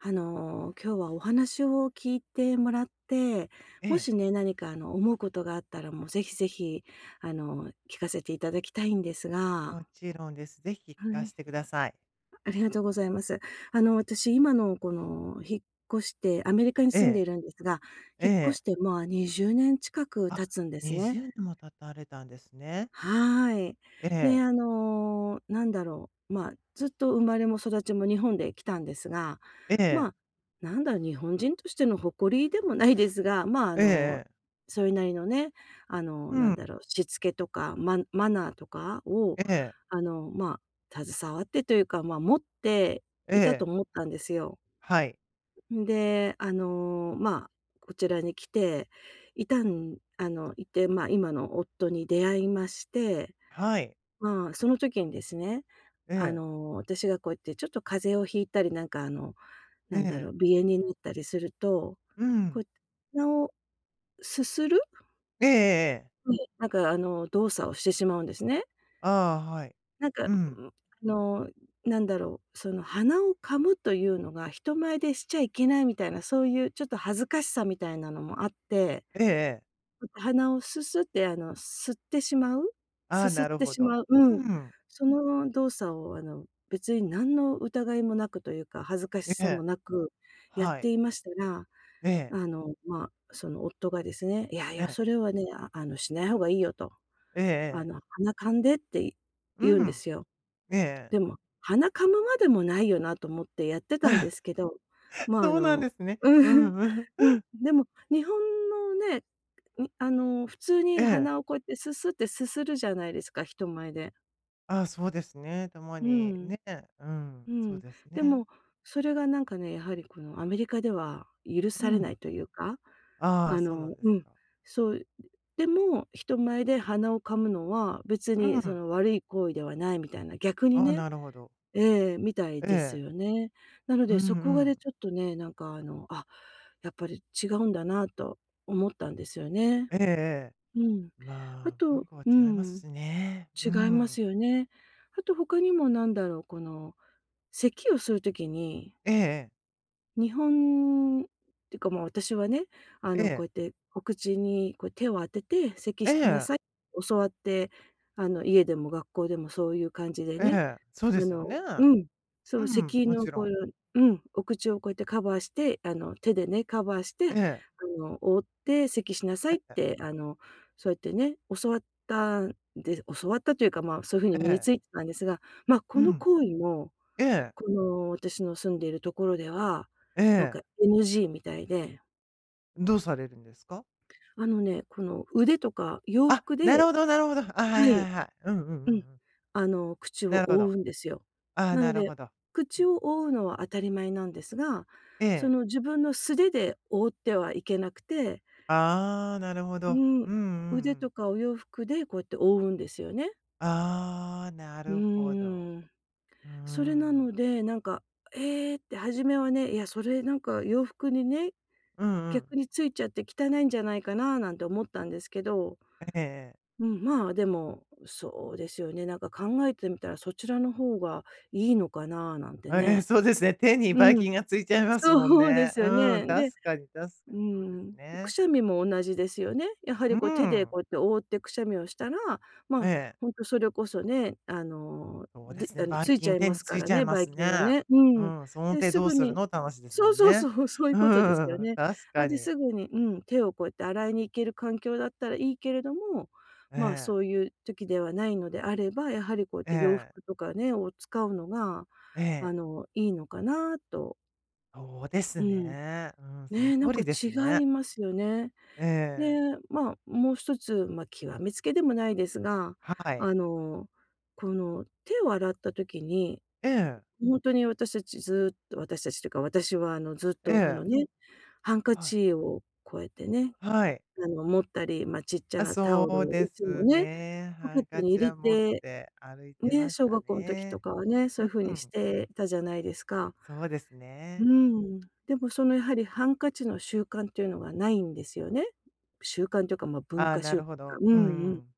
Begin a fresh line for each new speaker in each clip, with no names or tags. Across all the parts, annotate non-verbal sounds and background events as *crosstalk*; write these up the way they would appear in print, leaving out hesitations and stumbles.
今日はお話を聞いてもらって、
え
も
え、
しね、何か、思うことがあったら、もうぜひぜひ、聞かせていただきたいんですが。
もちろんです。ぜひ聞
は
かし
い。
てください。
ありがとうございます。私、今のこの、引っ越してアメリカに
え
住んで
え、
いるんですが、
え
引っ越
え。
して、まあ、20年近く
あ、
経つんですね。
20年も経たれたんですね。
はい。
え
で、
え、
なんだろう、まあ、ずっと生まれも育ちも日本で来たんですが、
ええ、
まあ、なんだろう、日本人としての誇りでもないですが、まあ、
ええええ。
それなりのね、
う
なん
ん、
だろう、しつけとか、ママナーとかを、
ええ、
まあ、携わってというか、まあ、持って
え
いたと
え。
思ったんですよ。
はい、
で、まあ、こちらに来ていて、まあ、今の夫に出会いまして、
はい。
まあ、その時にですね、
ええ、
私がこうやってちょっと風邪をひいたり、なんか、
え
なんだろ
え。
う、鼻炎になったりすると、
う
こう、
ん。
鼻をすする、
ええええええ
うん、なんか、動作をしてしまうんですね。なんか、
うん。
うん、の、なんだろう、その鼻を噛むというのが人前でしちゃいけないみたいな、そういうちょっと恥ずかしさみたいなのもあって、
ええええ。
鼻をすすって、吸ってしまう、
あ
す
あ、
す
な
っ
る
て
ほ
し
ど。
まう、うん。
うん。
その動作を、別に何の疑いもなくというか、恥ずかし
え
さも
え、
なくやっ
はい。
ていましたら、
ええ、
ま、その夫がですね、「いやい
え
や、
え、
それはね、しない方がいいよ」と。
ええええ。
「鼻かんで」って言うん
う
で
ん。
すよ。
ええええ
でも、鼻噛むまでもないよなと思ってやっ
ああはいうんええええああなるほどうんええはいええええええええうんええ
てたんですけど、
*laughs*
まあ、
そうなんですね。
う
う
ん、
んうん。
*laughs* うん、でも日本のね、に、普通
*laughs* え
に鼻
え。
をこうやってすすってすするじゃないですか、人前で。
ああ、そうですね。たま
う
に
ん、
ね、うん、
う
そう
ん。
です
で
ね。
も、それがなんかね、やはりこのアメリカでは許
う
され
ん。
ないというか、
ああ、そうなんです
うん、
か。
そう、でも人前で鼻を噛むのは別
う
にそ
ん。
の悪い行為ではないみたいな、逆に
ああ、
ね、
なるほど。
ええ、みたい
え
です
え。
よね。なの
うん
で、
う
そこがね、
ん。
ちょっとね、なんか、やっぱり違うんだなと思ったんですよね。
ええええ。
うん。
ま
あ
あ、文
と、
化は
う
違います
ん、
しね。う
違いま
ん。
すよね。あと他にもなんだろう、この咳をする時に、
ええええ。
日本ってか、まあ、私はね、
え
こ
え。
うやってお口にこう手を当てて咳
え
しな
え。
さい、教わって、家でも学校でもそういう感じで
え
ね、
え。そうですよね。
うん、そ
う
の
ん、
咳
も
の
ちろ
こうい
ん。
う、うん、お口をこうやってカバーして、手でね、カバーして、
ええ。
覆って咳しなさい
え
っ
え。
て、そうやってね、教わったというか、まあ、そういう風に
え
身に
え。
ついてたんですが、ま、こ
う
の
ん。
行為も、
ええ。
この私の住んでいるところでは、
え
なん
え。
か NG みたいで、
どうされるんですか？
ね、この腕とか洋
あ、
服
なる
で、
ほどなるほど。あ、はい
は
は
い。
いはい。うんうんう
うん。
んうん。
口
な
を
るほど。
覆うんですよ。
ああ、
な
な
の
るほ
で、
ど。う
口
ん。
を覆うのは当たり前なんですが、
え
そ
え。
の自分の素手で覆ってはいけなくて、
ああ、なるほ
う
ど。う
ん、
んうんう
腕と
ん。
かお洋服でこうやって覆うんですよね。
ああ、な
う
るほど。
ーん。
うー
それな
ん。
ので、なんか、ええって初めはね、いや、それなんか洋服にね、
うんうん。
逆についちゃって汚いんじゃないかななんて思ったんですけど、
ええええ。
うん、まあ、でも、そうですよね。なんか考えてみたらそちらの方がいいのかななんてね。
そうですね。手にばい
うん、
菌がついちゃいますもん
そうで
ね。
すよ
うん、
ね。で、
確かに確か
う
にそうです
ん、く
ね。
しゃみも同じですよね。やは
う
りこう手で
ん。
こうやって覆ってくしゃみをしたら、ま
え
あ、
え。
ほんとそれこそね、あの、
そうで
で
すね、
あの、
ばい
ついちゃ
菌
い
手
ま
に
す
つ
か
い
ら
ちゃい
ね、
ま
ばい
す
菌が
ね。
ね。う
う
ん。
ん、その
で、
手
す
どう
ぐ
する
に、
のって話ですも
そう
ん
そう
ね。
そう、そういう
う
ことですよ
ん、
ね。
確
あ、
か
で、
に。
すぐに、うん、手をこうやって洗いに行ける環境だったらいいけれども、
え
まあ、そう
え、
いう時ではないのであれば、やはりこうやっ
え
て洋
え、
服とかね、を使うのが、
ええ。
いいのかなと。
そうです
うん。
ね。うん、その
ね、なん
通
か
りです
違
ね。
いますよね。
え
で、
え、
まあ、もう一つ、まあ、極めつけでもないですが、
はい。
あの、この手を洗った時に、
ええ、
本当に、私たちずっと私たちというか、私はずっ
え
とこ
え、
のね、ハンカ
はい、
チをこうやってね、
はい。
持ったり、まあ、ちっちゃ
あ、
なタ
そ
オル
う
を
で
いつも
す
ね、
ね。
ポ
ハ
ケッ
ン
ト
カ
に
チ
入れ
は持っ
て、
て歩いて
ね、
まし
小
た
学校の時と
ね。
かはね、そ
う
ういう風にし
ん、
てたじゃないですか。
そうです
う
ね。
ーん。でも、その、やはりハンカチの習慣っていうのがないんですよね。習慣というか、ま、文
ああ、
化
な
習
る
慣、
ほど。
う
う
んうん。
ん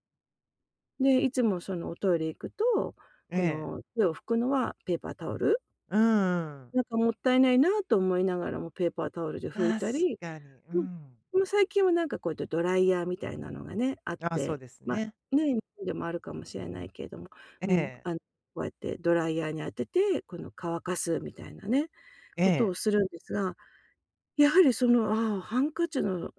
で、いつも、その、おトイレ行くと、
え
こ
え。
の、手を拭くのはペーパータオル。
うんうん。
なんかもったいないなと思いながらもペーパータオルで拭い
確
たり、
かに。う
うん、で
ん。
も最近はなんかこうやってドライヤーみたいなのがね、あっ
あ、そ
て、
うです
ま、
ね。
ね、日本でもあるかもしれないけれども、う
え
ん、
え、
こうやってドライヤーに当てて、この、乾かすみたいなね、
え
ことを
え。
するんですが、やはりその、ああ、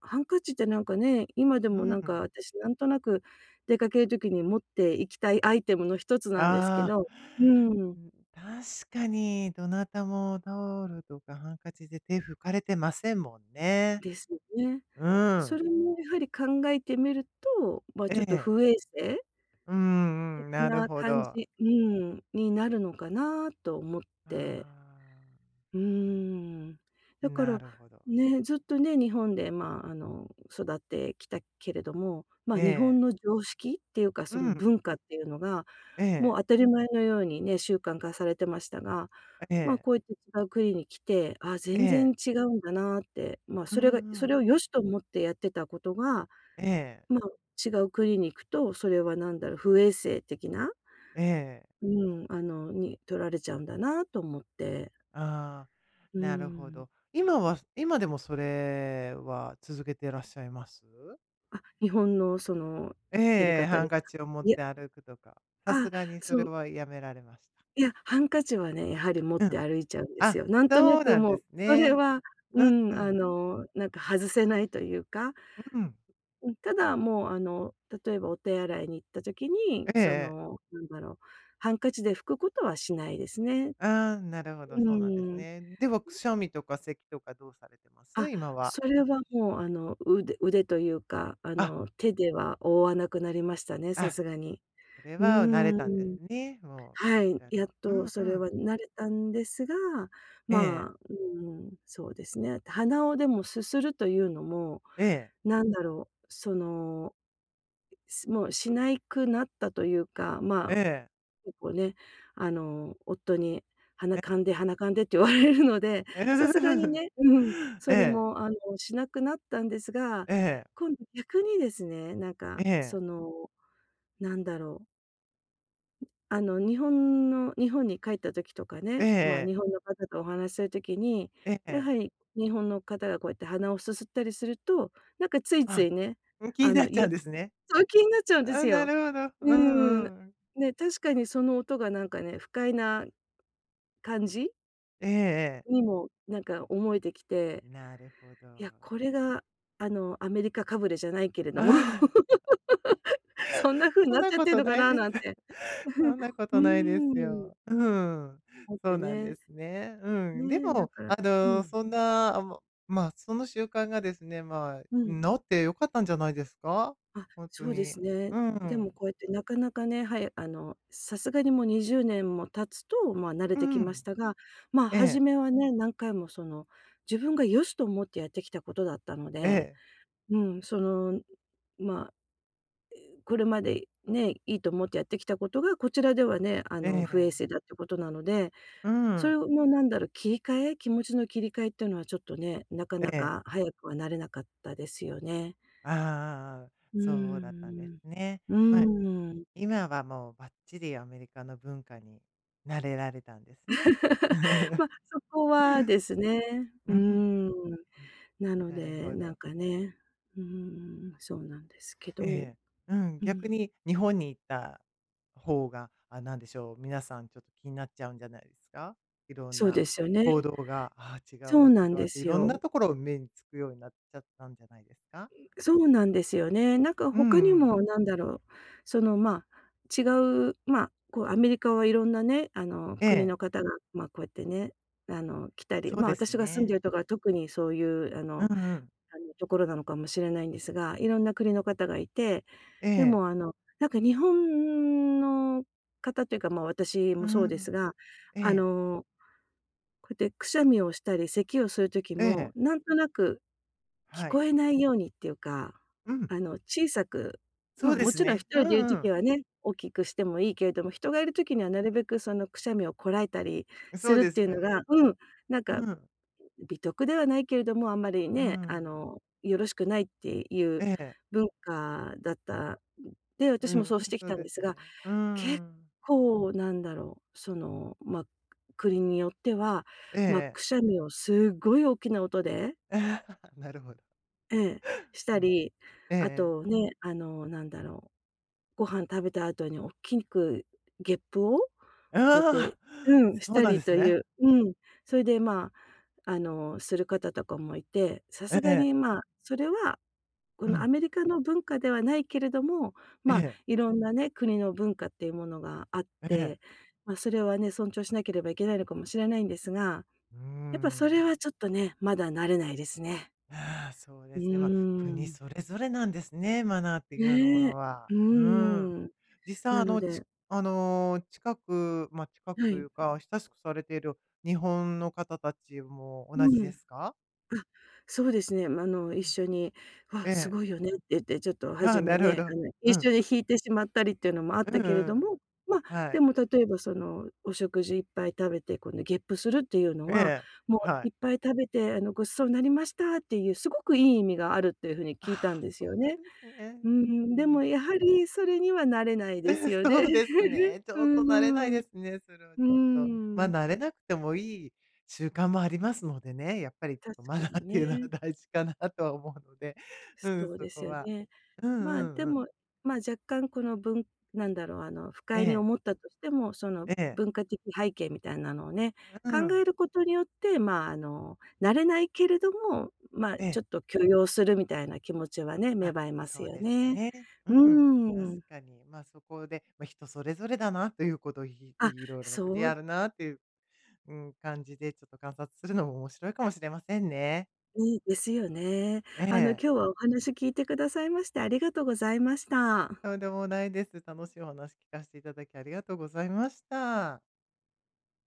ハンカチってなんかね、今で
う
もなんか
ん。
私なんとなく出かける時に持っていきたいアイテムの一つなんですけ
あ
ど、う
あ。
ん、
ん、確かにどなたもタオルとかハンカチで手拭かれてませんもんね。
ですよね。
う
そ
ん。
れもやはり考えてみると、ま、
え
ちょっと
え。
不衛生
うんうん、
的
なる
な
ほ
感
ど。
じ、うん、になるのかなと思っ
あ
て。
あ、
うーん。だか
な
ら、
るほど。
ね、ずっとね、日本で、まあ、育ってきたけれども、ま
え
あ、日
え。
本の常識っていうか、
う
その
ん。
文化っていうのが、
え
も
え、
う当たり前のようにね、習慣化されてましたが、
え
まあ、
え、
こうやって違う国に来て、ああ、
え
全然
え。
違うんだなって、まあ、
うん
それが
う
それ
ん。
を良しと思ってやってたことが、
ええ、
まあ、違う国に行くと、それは何だろう、不衛生的な、
ええ。
うん、に取られちゃうんだなと思って。
ああ、
う
なるほ
ん。
ど。今は今でもそれは続けてらっしゃいます？
あ、日本のそのやり
ええ、
方
ハン
です
カ
か？
チを持っ
いや、
て歩くとか、さす
あ、
がにそ
そ
れ
う、
はやめられました。
いや、ハンカチはね、やはり持っ
う
て
ん。
歩いちゃうんです
あ、
よ。なんと
そ
な
う
く
なんで
もう、
す
それ
ね。
は、う
うんう
ん、
ん。
なんか外せないというか、
うん。
うん、ただもう例えばお手洗いに行った時に、
ええ
そ
ええ。
の、なんだろう、ハンカチで拭くことはしないですね。
ああ、なるほど、
う
そうなんです
ん。
ね。では、くしゃみとか咳とかどうされてます？
あ、
今は。
それはもう腕というか、
あ、
手では覆わなくなりましたね、さ
あ、
すがに。
それ
うー
は慣れたんです
ん。
ね。もうこ
は
ち
い、
ら
やっ
の。う
と
んう
それは
ん。
慣れたんですが、
ええ、
まあ、うん、そうですね。鼻をでもすするというのも、
ええ、
なんだろう、その、もうしないくなったというか、ま
え
あ、
え、
結構ね、夫に
え
「鼻か
え、
んで、鼻かんで」って言われるので、さすがにね、うん、
*laughs*
それ
ええ、
もしなくなったんですが、
ええ、
今度逆にですね、なんか
ええ、
その、なんだろう、日本に帰った時とかね、まあ、
え
日本の方とお話しする時に、
え、え
や
え。
はり日本の方がこうやって鼻をすすったりすると、なんかついつ
あ、
いね、
気に
あ
な
の、
っちゃ
言
う
っ
ん
ち
ですね。
ゃう気になっちゃうんで
あ、
す
な
よ。
るほど。う
うーん。
んうん。
ね、確かにその音がなんかね、不快な感じ
ええええ。
にもなんか思えてきて、
なるほど。
いや、これがアメリカかぶれじゃないけれども
ああ、
*laughs*、そんな風に
そん
なっ
な
ちゃっ
こ
てる
と
のか
ない
な
です。
なんて、
そんなこ
*laughs* う
とないで
ん
す
うーん、
よ。うん。
思っ
そう
て
なんで
ね。
すね。うん。で
ね、だ
も、
からうん、
そんな、あ、ま、まあ、その習慣がですね、まあ、
うん。
治ってよかったんじゃないですか？
あ、
本当
そうで
に。
すね。
う
でも
ん。
こうやってなかなかね、はい、さすがにもう20年も経つと、まあ、慣れ
う
てきまし
ん。
たが、まあ、
え
初
え。
めはね、何回も自分が良しと思ってやってきたことだったの
え
で、
え。
うん、まあ、これまでね、いいと思ってやってきたことが、こちらではね、
え
不
え。
衛生だってことなので、
う
そ
ん。
れのなんだろう、切り替え気持ちの切り替えっていうのはちょっとね、なかな
え
か
え。
早くはなれなかったですよね。
ああ、
うー
そうだったんです
ん。
ね。
う
まあ、
ーん。
今はもうバッチリアメリカの文化に慣れられたんですね。
ま、そこはですね。
*laughs*
う
う
ー
ん。
ん。なの
なる
で、
ほ
なん
ど。
かね、うーん、そうなんですけど、
ええ、うん、
う
逆
ん、
に日本に行った方が、あ、なんでしょう、皆さんちょっと気になっちゃうんじゃないですか？いろん
そう
な
ですよね。
行動が、ああ、違う
そう
わ違
な
う
ん
わ
で
ってい
す
ろんな
よ。
ところを目につくようになっちゃったんじゃないですか？
そうなんですよね。なんか
う
他に
んうん。
もなんだろう、その、ま、違う、ま、こうアメリカはいろんなね、
え
国
え、
の方が、ま、こうやってね、来たり、
そう
ま、
です
私が住んで
ね。
るとこは特にそういう
うんうん。
ところなのかもしれないんですが、いろんな国の方がいて、
え
で
え、
もなんか日本の方というか、まあ、私
う
もそうです
ん、
が、
え
あ
え、
の、こうやってくしゃみをしたり咳をする時
え
も、
え、
なんとなく聞
はい。
こえないようにっていうか、
うん、
小さく、
そ
ま
う
あ、
で
も
す
ちろん一
ね。う
人でいる
んう
時
ん。
はね、大きくしてもいいけれども、人がいる時にはなるべくそのくしゃみをこらえたり
そ
す
う
るっ
で
てい
す
う
よ
の
ね。
がうん、なんか
うん、
美徳ではないけれども、あんまり
う
ね、
ん。
よろしくないっていう
ええ、
文化だったで、
う
私も
ん、
そうしてき
そう
たん
で
で
す
すが、
ね。う
結
ん。
構なんだろう、まあ、国によっては、
ええ
まあ、
ええ。
くしゃみをすごい大きな音で、
*laughs* ああ、なるほど。
ええ、し
う
た
ん。
り、
えええ
あ
え。
とね、なんだろう、ご飯食べた後におっきくゲップをこうやっ
あ
て
あ、
うん、し
そう
た
なんで
り
す
とい
ね。
ううん、それで、まあする方とかもいて、さ
え
すが
え。
に、まあ、それは、こ
う
のア
ん。
メリカの文化ではないけれども、
え
まあ、
え、
いろんなね、国の文化っていうものがあっ
ええ。
て、まあ、それはね、尊重しなければいけないのかもしれないんですが、
うー
やっぱそれ
ん。
はちょっとね、まだ慣れないですね。
ああ、そう
う
ですね。ま、あ、
ー
国そ
ん。
れぞれなんですね、マナーっていうようなも
ね
の
え。
は。
うー
うーん。
ん。
実際
なので
あの、近くま、あ、近く
は
とい
い。
うか、親しくされている日本の方たちも同
う
じで
ん。
すか？
あ、そうですね。ま、
う
一
ん。
緒に「わ、
え
す
え。
ごいよね」って言って、ちょっと
あ
初
あ、な
め
るほ
ね、
ど。う
一緒
ん。
に弾いてしまったりっていうのもあっ
う
た
んう
けれど
ん。
も、ま、
は
で
い。
も例えばその、お食事いっぱい食べて、今度ゲップするっていうの
え
は、
え、
も
は
う
い。
いっぱい食べて、ごちそうなりましたっていう、すごくいい意味があるっていう風に聞いた
あ
ん
あ、
です
そ
よ
うなん
ね。
ですね。
うー
う
ん、で
ん。
もやはりそれにはなれないです
*laughs*
よね。
そうです
*laughs*
ね。ち
う
ょっと慣れない
んう
で
ん。
すね、それはち
うー
ょっと。まあ、
ん、
慣れなくてもいい習慣もありますのでね、やっぱりちょっ
確
とマ
か
ナー
に
って
ね。
いうのは *laughs* 大事かなとは思うので、うん、
そう
そ
で
こ
すよ
は。
ね。
うんう
まあ、
ん
で
うん。
も、まあ、若干このぶなんだろう、不
え
快に
え、
思ったとしても、その
ええ、
文化的背景みたいなのをね、
う
考え
ん、
ることによって、まあ、慣れないけれども、まあ、
え
ち
え。
ょっと許容するみたいな気持ちはね、芽
あ、
生えます
そう
よ
です
ね。
ね。う
う
ん。
ー
確
ん。
かに。まあ、そこで、まあ、人それぞれだなということを、い、
あ、
いろいろな国
そ
で
う、
あるなっていう、うん、感じでちょっと観察するのも面白いかもしれませんね。
ね、ですよね。
え
今
え。
日はお話聞いてくださいましてありがとうございました。
とんでもないです。楽しいお話聞かせていただきありがとうございました。